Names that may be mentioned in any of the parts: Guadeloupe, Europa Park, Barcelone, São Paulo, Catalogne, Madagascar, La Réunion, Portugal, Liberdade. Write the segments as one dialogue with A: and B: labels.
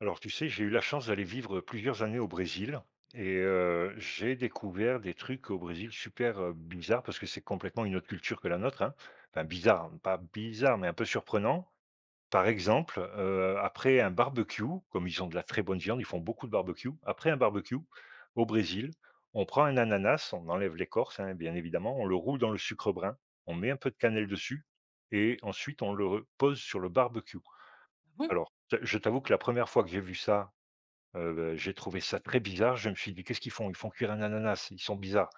A: Alors, tu sais, j'ai eu la chance d'aller vivre plusieurs années au Brésil et j'ai découvert des trucs au Brésil super, bizarres parce que c'est complètement une autre culture que la nôtre, hein. Enfin bizarre, pas bizarre, mais un peu surprenant. Par
B: Mmh.
A: exemple, après un barbecue, comme ils ont de la très bonne viande, ils font beaucoup de barbecue. Après un barbecue au Brésil, on prend un ananas, on enlève l'écorce, hein, bien évidemment, on le roule dans le sucre brun, on met un peu de cannelle dessus et ensuite on le pose sur le barbecue.
B: Ah bon?
A: Alors, je t'avoue que la première fois que j'ai vu ça, j'ai trouvé ça très bizarre. Je me suis dit: «Qu'est-ce qu'ils font? Ils font cuire un ananas, ils sont bizarres.»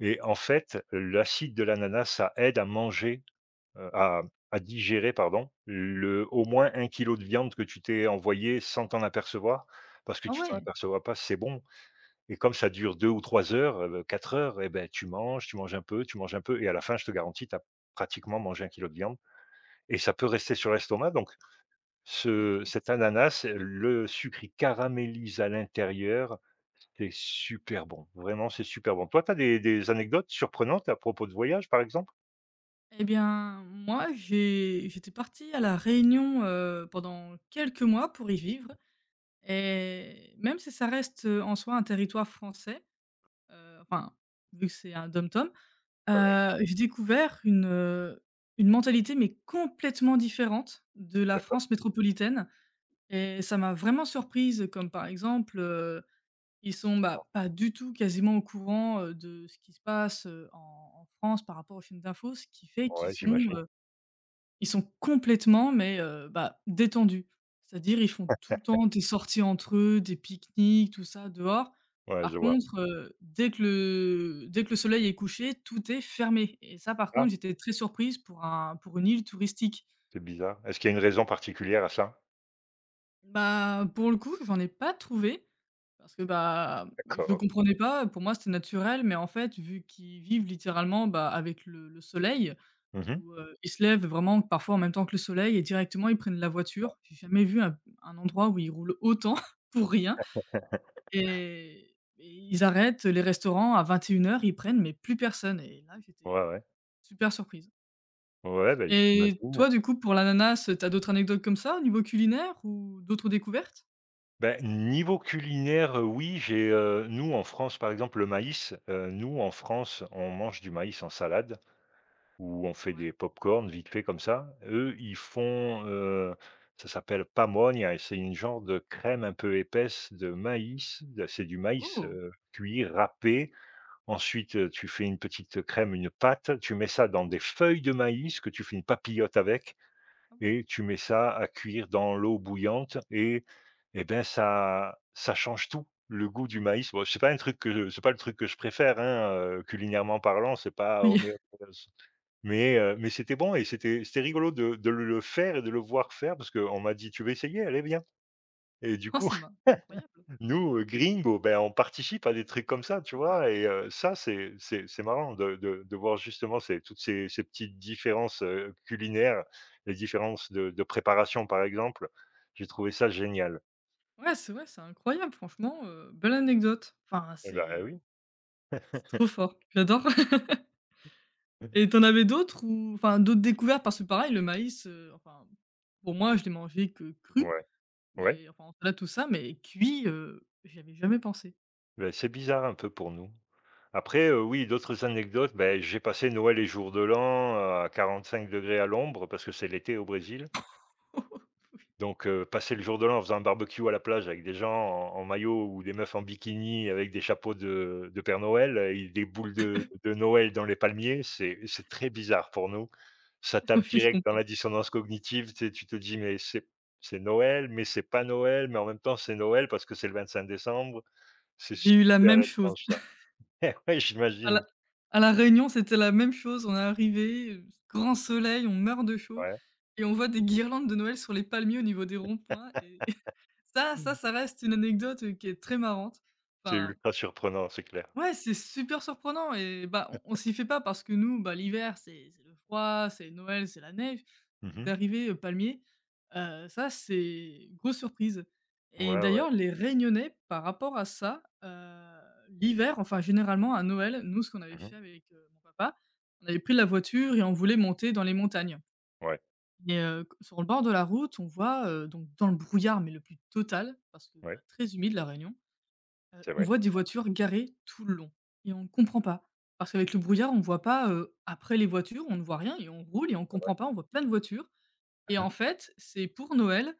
A: Et en fait, l'acide de l'ananas, ça aide à manger, à digérer, pardon, le au moins un kilo de viande que tu t'es envoyé sans t'en apercevoir. Parce que
B: Ah
A: tu t'en
B: ouais!
A: apercevras pas, c'est bon, et comme ça dure 2 ou 3 heures, 4 heures, et ben, tu manges un peu, tu manges un peu et à la fin, je te garantis, tu as pratiquement mangé un kilo de viande et ça peut rester sur l'estomac. Donc
B: Ah
A: ce
B: d'accord.
A: cet ananas, le sucre, il caramélise à l'intérieur. C'est super bon, vraiment, c'est super bon. Toi, tu as des anecdotes surprenantes à propos de voyage, par exemple?
B: Eh bien, moi, j'étais partie à La Réunion, pendant quelques mois pour y vivre et même si ça reste, en soi un territoire français, enfin, vu que c'est un dom-tom,
A: Ouais, ouais,
B: j'ai découvert une mentalité mais complètement différente de la
A: d'accord.
B: France métropolitaine et ça m'a vraiment surprise comme par exemple, ils sont, bah, pas du tout quasiment au courant, de ce qui se passe, en France par rapport aux films d'info, ce qui fait qu'ils
A: Ouais,
B: sont,
A: j'imagine.
B: ils sont complètement mais, bah, détendus. C'est-à-dire ils font tout le temps des sorties entre eux, des pique-niques, tout ça dehors.
A: Ouais,
B: Par
A: je vois.
B: contre, dès que le soleil est couché, tout est fermé et ça par
A: Ah,
B: contre, j'étais très surprise pour un pour une île touristique.
A: c'est bizarre. Est-ce qu'il y a une raison particulière à ça?
B: Bah, pour le coup, j'en ai pas trouvé. Parce que, bah, je
A: D'accord.
B: comprenais pas, pour moi c'était naturel, mais en fait, vu qu'ils vivent littéralement, bah, avec le soleil,
A: Mmh.
B: où, ils se lèvent vraiment parfois en même temps que le soleil et directement ils prennent la voiture. J'ai jamais vu un endroit où ils roulent autant pour rien et et ils arrêtent les restaurants à 21 heures. Ils prennent, mais plus personne et là
A: Ouais,
B: j'étais
A: ouais.
B: super surprise.
A: Ouais, ben
B: Et
A: j'imagine.
B: toi du coup pour l'ananas, t'as d'autres anecdotes comme ça au niveau culinaire ou d'autres découvertes?
A: Ben niveau culinaire, oui, j'ai, nous, en France, par exemple, le maïs, nous, en France, on mange du maïs en salade. Ou on fait des pop-corn vite fait comme ça. Eux, ils font, ça s'appelle pamonia, c'est une genre de crème un peu épaisse de maïs, de c'est du maïs,
B: Oh!
A: cuit, râpé. Ensuite, tu fais une petite crème, une pâte, tu mets ça dans des feuilles de maïs que tu fais une papillote avec,
B: Ah oui.
A: et tu mets ça à cuire dans l'eau bouillante, et eh ben, ça change tout, le goût du maïs. Bon, c'est pas le truc que je préfère, hein, culinairement parlant, c'est pas au
B: Oui.
A: meilleures, mais c'était bon et c'était rigolo de le faire et de le voir faire parce qu'on m'a dit: «Tu veux essayer? Elle est bien.» Et du
B: Ah
A: coup,
B: c'est ma incroyable.
A: nous, gringos, ben, on participe à des trucs comme ça, tu vois? Et ça, c'est marrant de voir justement ces toutes ces ces petites différences, culinaires, les différences de préparation, par exemple. J'ai trouvé ça génial.
B: Ouais, c'est incroyable franchement, belle anecdote. Enfin,
A: Et bah,
B: c'est
A: oui.
B: c'est trop fort, j'adore. Et t'en avais d'autres ou enfin, d'autres découvertes? Parce que pareil, le maïs, enfin, pour moi, je l'ai mangé que cru,
A: Ouais, ouais,
B: mais enfin, là, tout ça, mais cuit, j'y avais jamais pensé.
A: ben c'est bizarre un peu pour nous. Après, oui, d'autres anecdotes, beh, j'ai passé Noël et jour de l'an à 45 degrés à l'ombre parce que c'est l'été au Brésil. Donc, passer le jour de l'an en faisant un barbecue à la plage avec des gens en maillot ou des meufs en bikini avec des chapeaux de Père Noël et des boules de Noël dans les palmiers, c'est très bizarre pour nous. Ça tape
B: OK, je
A: direct dans la
B: comprends.
A: dissonance cognitive, tu sais, tu te dis: «Mais c'est Noël, mais c'est pas Noël, mais en même temps c'est Noël parce que c'est le 25 décembre.» C'est
B: J'ai eu la
A: super
B: même chose.
A: étrange, ça. Ouais,
B: À
A: j'imagine.
B: la à La Réunion, c'était la même chose. On est arrivé, grand soleil, on meurt de chaud
A: Ouais.
B: et on voit des guirlandes de Noël sur les palmiers au niveau des ronds-points, et ça reste une anecdote, qui est très marrante.
A: C'est
B: Enfin,
A: ultra surprenant, c'est clair.
B: ouais, c'est super surprenant et bah, on s'y fait pas parce que nous, bah, l'hiver, c'est le froid, c'est Noël, c'est la neige. Donc,
A: Mmh.
B: d'arriver, palmier, ça, c'est une grosse surprise et
A: Ouais, ouais.
B: d'ailleurs, les Réunionnais, par rapport à ça, l'hiver, enfin, généralement, à Noël, nous, ce qu'on avait
A: Mmh.
B: fait avec, mon papa, on avait pris la voiture et on voulait monter dans les montagnes.
A: Ouais,
B: Et q sur le bord de la route, on voit, donc dans le brouillard, mais le plus total, parce que, bah,
A: ouais,
B: très humide La Réunion,
A: c'est
B: on
A: vrai,
B: voit des voitures garées tout le long et on ne comprend pas. Parce qu'avec le brouillard, on ne voit pas, après les voitures, on ne voit rien et on roule et on ne
A: c'est vrai.
B: comprend pas, on voit plein de voitures et
A: Mmh.
B: en fait, c'est pour Noël,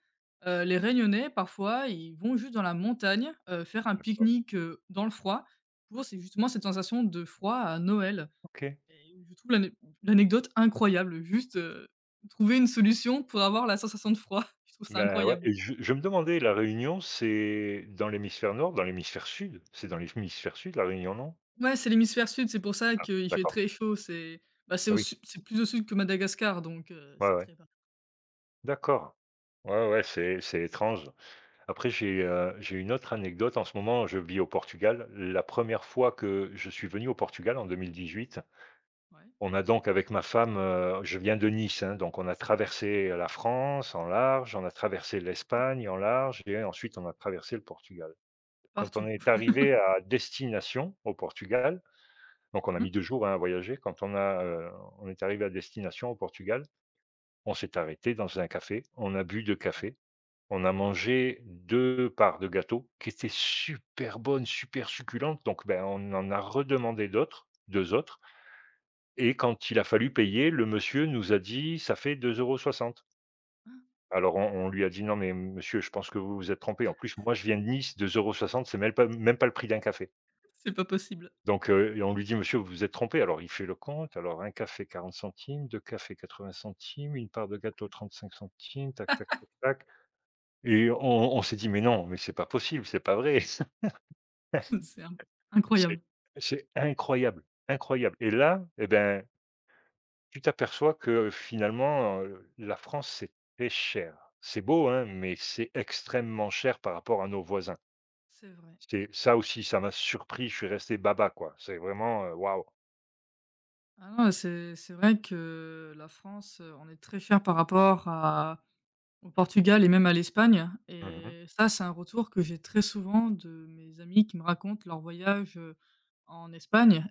B: les Réunionnais, parfois, ils vont juste dans la montagne, faire un
A: D'accord.
B: pique-nique, dans le froid pour c'est justement cette sensation de froid à Noël.
A: OK.
B: Et je trouve l'anecdote incroyable, juste, trouver une solution pour avoir la sensation de froid. Je trouve ça
A: Bah, ouais,
B: incroyable.
A: et je me demandais, la Réunion, c'est dans l'hémisphère nord, dans l'hémisphère sud? C'est dans l'hémisphère sud, la Réunion, non?
B: Ouais, c'est l'hémisphère sud, c'est pour ça
A: Ah,
B: qu'il fait
A: d'accord.
B: très chaud. C'est, bah, c'est
A: Ah
B: au
A: oui,
B: su c'est plus au sud que Madagascar, donc
A: ouais,
B: c'est
A: ouais.
B: très par
A: D'accord. Ouais, ouais, c'est étrange. Après j'ai une autre anecdote. En ce moment, je vis au Portugal. La première fois que je suis venu au Portugal, en 2018.
B: ouais,
A: On a donc avec ma femme, je viens de Nice, hein, donc on a traversé la France en large, on a traversé l'Espagne en large et ensuite on a traversé le Portugal. Quand on
B: partout.
A: est arrivé à destination au Portugal, donc on a
B: Mmh.
A: mis 2 jours, hein, à voyager. Quand on est arrivé à destination au Portugal, on s'est arrêté dans un café, on a bu 2
B: Ouais.
A: cafés, on a mangé 2 parts de gâteau qui étaient super bonnes, super succulentes, donc ben, on en a redemandé d'autres, 2 autres. Et quand il a fallu payer, le monsieur nous a dit: «Ça fait deux euros soixante.» Alors on lui a dit: «Non mais monsieur, je pense que vous vous êtes trompé. En plus, moi je viens de Nice, deux euros soixante, c'est même pas le prix d'un café.»
B: C'est pas possible.
A: Donc, et on lui dit: «Monsieur, vous vous êtes trompé.» Alors il fait le compte, alors un café 40 centimes, 2 cafés 80 centimes, une part de gâteau 35 centimes, tac, tac, tac, tac. Et on s'est dit: «Mais non, mais c'est pas possible, c'est pas vrai.
B: C'est in
A: C'est
B: incroyable.
A: c'est incroyable, incroyable!» Et là, eh ben, tu t'aperçois que finalement, la France, c'est très cher. C'est beau, hein, mais c'est extrêmement cher par rapport à nos voisins.
B: C'est vrai.
A: C'est ça aussi, ça m'a surpris, je suis resté baba, quoi. C'est vraiment, waouh.
B: Ah non, c'est vrai que la France, on est très fiers par rapport à Au Portugal et même à l'Espagne
A: Mmh.
B: et ça, c'est un retour que j'ai très souvent de mes amis qui me racontent leur voyage, en Espagne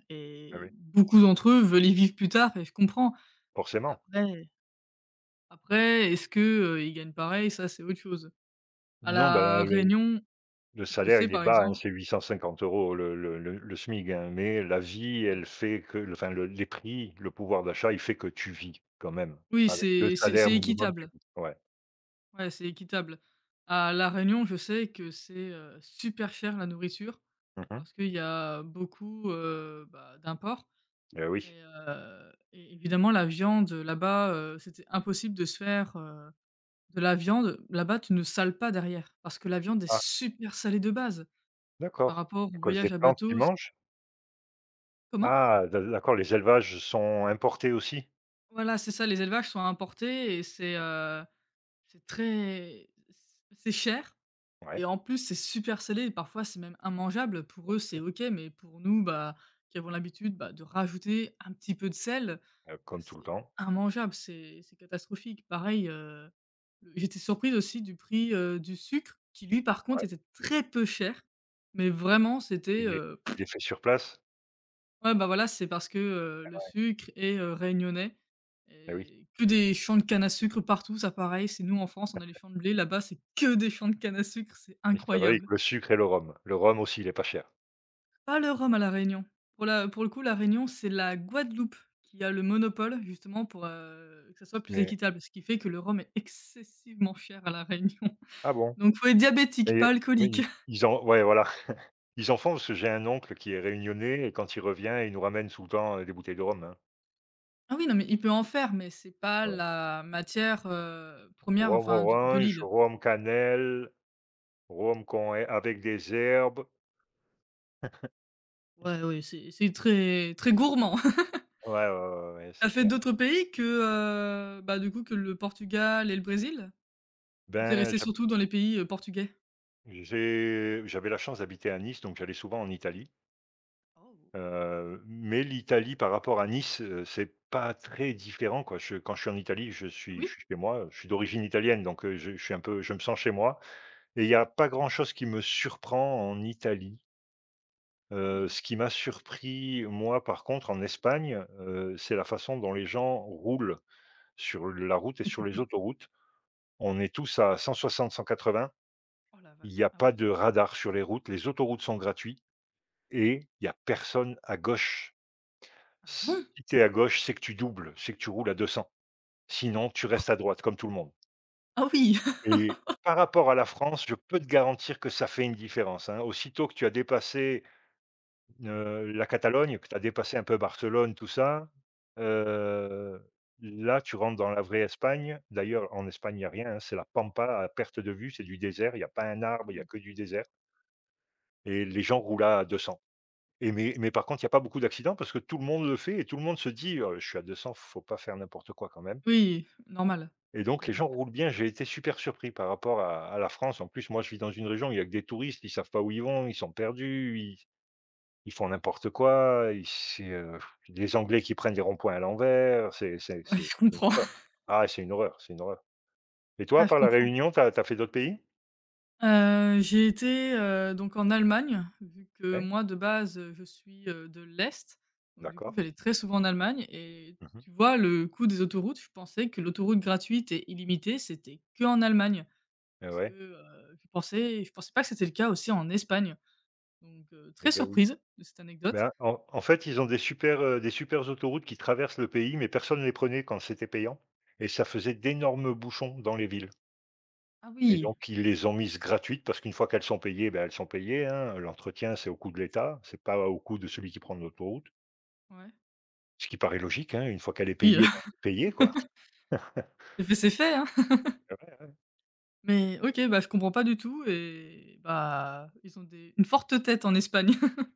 A: Ah oui,
B: et beaucoup d'entre eux veulent y vivre plus tard et je comprends.
A: forcément.
B: Après après est-ce que, ils gagnent pareil? Ça, c'est autre chose. À
A: Non, ben,
B: La
A: le
B: Réunion, je
A: salaire,
B: sais
A: il est
B: par
A: bas, hein,
B: exemple,
A: c'est 850 € le SMIC, hein, mais la vie,
B: ouais.
A: elle fait que le enfin, le les prix, le pouvoir d'achat, il fait que tu vis quand même.
B: Oui,
A: Avec le
B: c'est c'est
A: salaire
B: c'est
A: minimum, tu
B: équitable.
A: vis. Ouais.
B: Ouais, c'est équitable. À La Réunion, je sais que c'est, super cher la nourriture
A: Mmh.
B: parce qu'il y a beaucoup, bah, d'imports.
A: Eh oui.
B: Et évidemment la viande, là-bas, c'était impossible de se faire, de la viande. Là-bas, tu ne sales pas derrière parce que la viande est
A: Ah,
B: super salée de base par
A: d'accord.
B: rapport
A: À
B: au
A: cause des
B: voyage à
A: plantes qu'ils
B: bateau c
A: mangent?
B: comment?
A: Ah, d'accord, les élevages sont importés aussi?
B: Voilà, c'est ça, les élevages sont importés et c'est très c'est cher
A: Ouais,
B: et en plus, c'est super salé et parfois, c'est même immangeable. Pour eux, c'est OK, mais pour nous, bah, qui avons l'habitude, bah, de rajouter un petit peu de sel, bah,
A: comme tout le
B: c'est
A: temps.
B: immangeable, c'est catastrophique. Pareil, le j'étais surprise aussi du prix, du sucre qui lui, par contre,
A: Ouais,
B: était très peu cher, mais vraiment c'était,
A: il est il est fait sur place?
B: «Ouais, bah, voilà, c'est parce que, le sucre est, réunionnais»
A: Et oui,
B: et que des champs de canne à sucre partout, ça pareil, c'est nous en France, on a les champs de blé, là-bas, c'est que des champs de canne à sucre, c'est
A: ils fabriquent
B: incroyable.
A: le sucre et le rhum. Le rhum aussi, il est pas cher.
B: Pas le rhum à La Réunion. Pour le coup, La Réunion, c'est la Guadeloupe qui a le monopole justement pour, que ça soit plus
A: Mais
B: équitable. Ce qui fait que le rhum est excessivement cher à La Réunion.
A: ah bon?
B: Donc faut être diabétique,
A: Mais
B: pas
A: mais
B: alcoolique.
A: ils ils en ouais, voilà, ils en font parce que j'ai un oncle qui est réunionnais et quand il revient, il nous ramène tout le temps, des bouteilles de rhum, hein.
B: Ah oui, non mais il peut en faire, mais c'est pas
A: Voilà.
B: la matière, 1
A: Rhum
B: enfin de
A: orange,
B: l'île.
A: rhum cannelle, rhum con avec des herbes.
B: Ouais, oui, c'est très très gourmand.
A: Ouais, ouais, ouais, ouais, c'est
B: T'as fait
A: clair.
B: d'autres pays que, bah, du coup que le Portugal et le Brésil? Ou t'es
A: Ben,
B: resté surtout dans les pays, portugais?
A: j'avais la chance d'habiter à Nice, donc j'allais souvent en Italie.
B: Oh!
A: Mais l'Italie par rapport à Nice, c'est pas très différent, quoi. Je quand je suis en Italie,
B: Ah
A: je
B: oui?
A: suis chez moi, je suis d'origine italienne, donc je suis un peu, je me sens chez moi et il y a pas grand chose qui me surprend en Italie.
B: Ah ouais.
A: Ce qui m'a surpris moi par contre en Espagne, c'est la façon dont les gens roulent sur la route et sur les autoroutes. On est tous à 160-180,
B: Oh la va
A: il y a
B: ah
A: pas
B: oui.
A: de radar sur les routes, les autoroutes sont gratuites et il y a personne à gauche.
B: Ah bon?
A: Si tu es à gauche, c'est que tu doubles, c'est que tu roules à 200. Sinon, tu restes à droite comme tout le monde,
B: Ah oui!
A: et par rapport à la France, je peux te garantir que ça fait une différence, hein. Aussitôt que tu as dépassé, la Catalogne, que tu as dépassé un peu Barcelone, tout ça, heu, là, tu rentres dans la vraie Espagne. D'ailleurs, en Espagne, il y a rien, hein, c'est la pampa à perte de vue, c'est du désert, il y a pas un
B: Ah
A: arbre, il y a
B: oui.
A: que du désert et les gens roulent à 200. Et mais par contre, il y a pas beaucoup d'accidents parce que tout le monde le fait et tout le monde se dit: je suis à 200, faut pas faire n'importe quoi quand même.»
B: Oui, normal.
A: Et donc
B: Ils
A: les gens
B: comprennent.
A: roulent bien, j'ai été super surpris par rapport à la France. En plus, moi, je vis dans une région où il y a que des touristes, ils savent pas où ils vont, ils sont perdus, ils font n'importe quoi, ils c'est, les Anglais qui prennent des ronds-points à l'envers, c'est c'est
B: Ouais,
A: c'est
B: je comprends.
A: voilà. Ah, c'est une horreur, c'est une horreur. Et toi,
B: Ah, je
A: par La
B: comprends.
A: Réunion, tu as fait d'autres pays?
B: J'ai été, donc en Allemagne, vu que
A: Ouais,
B: moi de base, je suis, de l'est, donc du coup
A: d'accord.
B: j'allais très souvent en Allemagne et
A: Mmh mh.
B: tu vois le coût des autoroutes, je pensais que l'autoroute gratuite et illimitée, c'était que en Allemagne
A: Eh
B: parce que,
A: ouais,
B: je pensais pas que c'était le cas aussi en Espagne, donc très
A: et beh, oui.
B: surprise de cette anecdote.
A: Ben, en fait, ils ont des super, des supers autoroutes qui traversent le pays, mais personne ne les prenait quand c'était payant et ça faisait d'énormes bouchons dans les villes.
B: Ah
A: Et
B: oui,
A: donc ils les ont mises gratuites parce qu'une fois qu'elles sont payées, ben elles sont payées, hein. L'entretien, c'est au coût de l'État, c'est pas au coût de celui qui prend l'autoroute,
B: ouais,
A: ce qui paraît logique, hein. Une fois qu'elle est
B: oui,
A: payée, bah, elle est payée, quoi. Ouais,
B: c'est fait, hein!
A: ouais.
B: Mais OK, bah, je comprends pas du tout et bah, ils ont des une forte tête en Espagne.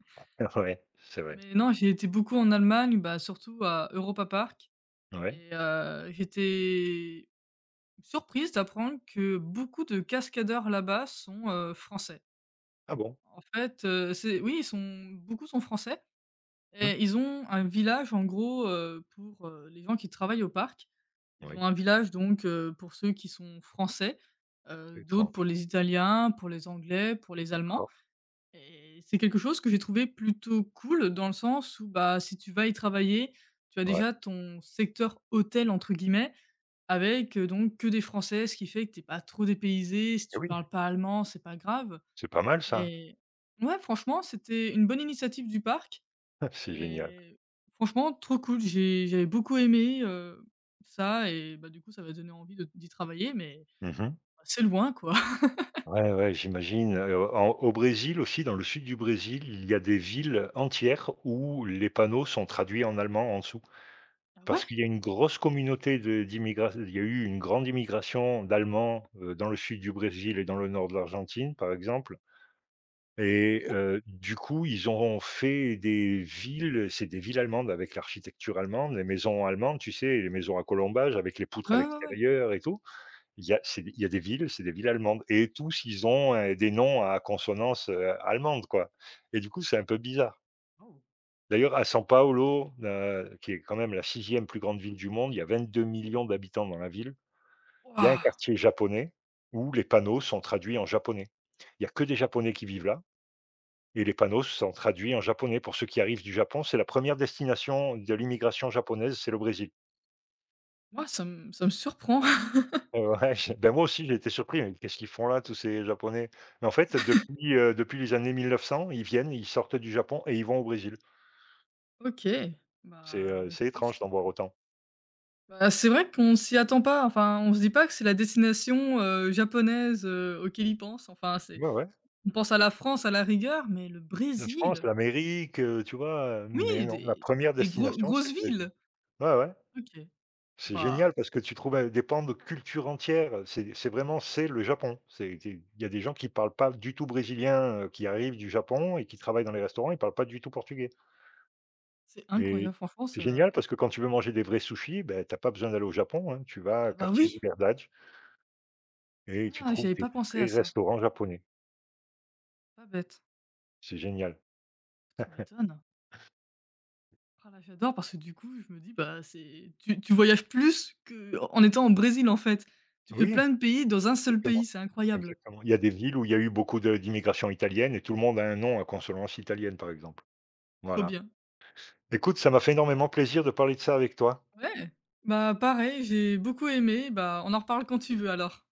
A: Ouais, c'est vrai.
B: Mais non, j'ai été beaucoup en Allemagne, bah, surtout à Europa Park
A: Ouais.
B: et j'étais surprise d'apprendre que beaucoup de cascadeurs là-bas sont, français.
A: Ah bon?
B: En fait, c'est oui, ils sont beaucoup sont français
A: Mmh.
B: et ils ont un village en gros, pour, les gens qui travaillent au parc. Ils
A: Oui,
B: ont un village donc, pour ceux qui sont français,
A: c'est
B: d'autres pour
A: étrange,
B: les italiens, pour les anglais, pour les allemands.
A: d'accord.
B: Et c'est quelque chose que j'ai trouvé plutôt cool dans le sens où, bah, si tu vas y travailler, tu as
A: Ouais.
B: déjà ton «secteur hôtel» entre guillemets avec, donc que des Français, ce qui fait que t'es pas trop dépaysé. Si
A: Eh
B: tu
A: oui,
B: parles pas allemand, c'est pas grave
A: c'est pas mal ça.
B: et ouais, franchement, c'était une bonne initiative du parc
A: C'est génial.
B: et franchement trop cool. J'avais beaucoup aimé, ça et bah, du coup, ça m'a donné envie de d'y travailler mais,
A: Mmh.
B: bah, c'est loin, quoi.
A: Ouais, ouais, j'imagine, en au Brésil aussi, dans le sud du Brésil, il y a des villes entières où les panneaux sont traduits en allemand en dessous.
B: Ah ouais?
A: Parce qu'il y a une grosse communauté de d'immigra il y a eu une grande immigration d'Allemands, dans le sud du Brésil et dans le nord de l'Argentine, par exemple,
B: Ah
A: et
B: bon?
A: du coup, ils ont fait des villes, c'est des villes allemandes avec l'architecture allemande, les maisons allemandes, tu sais, les maisons à colombage avec les poutres
B: Ouais,
A: à
B: ouais, ouais.
A: l'extérieur et tout. Il y a des villes, c'est des villes allemandes et tous, ils ont, des noms à consonance, allemande, quoi, et du coup, c'est un
B: Ah.
A: peu bizarre.
B: Oh!
A: D'ailleurs, à São Paulo, qui est quand même la sixième plus grande ville du monde, il y a 22 000 000 d'habitants dans la ville. Il y a un
B: Waouh!
A: quartier japonais où les panneaux sont traduits en japonais. Il y a que des Japonais qui vivent là et les panneaux sont traduits en japonais. Pour ceux qui arrivent du Japon, c'est la première destination de l'immigration japonaise, c'est le Brésil.
B: Moi, ça me surprend.
A: Ouais, je ben, moi aussi, j'ai été surpris, mais qu'est-ce qu'ils font là tous ces Japonais? Mais en fait, depuis les années 1900, ils viennent, ils sortent du Japon et ils vont au Brésil.
B: OK, bah,
A: C'est
B: grosse
A: étrange d'en voir
B: surprise.
A: autant.
B: Bah, c'est vrai qu'on s'y attend pas, enfin, on se dit pas que c'est la destination, japonaise, auquel ils pensent. Enfin, c'est
A: Ouais, ouais.
B: on pense à la France à la rigueur, mais le
A: La France,
B: Brésil?
A: l'Amérique, tu vois? Mais
B: Oui,
A: non, la
B: des
A: première
B: des gros
A: destination, c'est le
B: grosses
A: Brésil.
B: villes.
A: Ouais, ouais,
B: OK,
A: c'est
B: bah,
A: génial parce que tu trouves, des pans de culture entière. C'est vraiment, c'est le Japon. C'est tu es il y a des gens qui parlent pas du tout brésilien, qui arrivent du Japon et qui travaillent dans les restaurants, ils parlent pas du tout portugais,
B: c'est
A: et
B: incroyable franchement
A: c'est génial
B: ça.
A: parce que quand tu veux manger des vrais sushis, beh, tu as pas besoin d'aller au Japon, hein. Tu vas au
B: Ah bah,
A: quartier
B: oui!
A: Liberdade et tu
B: Ah,
A: trouves
B: j'avais
A: des
B: pas pensé
A: vrais
B: à ça,
A: restaurants japonais.
B: pas bête.
A: C'est génial.
B: Tu m'étonnes. Ah là, j'adore parce que du coup, je me dis, bah, c'est tu tu voyages plus qu'en étant au Brésil, en fait. Tu fais
A: Oui,
B: plein de pays dans un seul
A: exactement.
B: pays, c'est incroyable.
A: Exactement. Il y a des villes où il y a eu beaucoup de d'immigration italienne et tout le monde a un nom à consonance italienne, par exemple.
B: Trop
A: Voilà.
B: bien.
A: Écoute, ça m'a fait énormément plaisir de parler de ça avec toi.
B: Ouais, bah, pareil, j'ai beaucoup aimé, bah, on en reparle quand tu veux alors.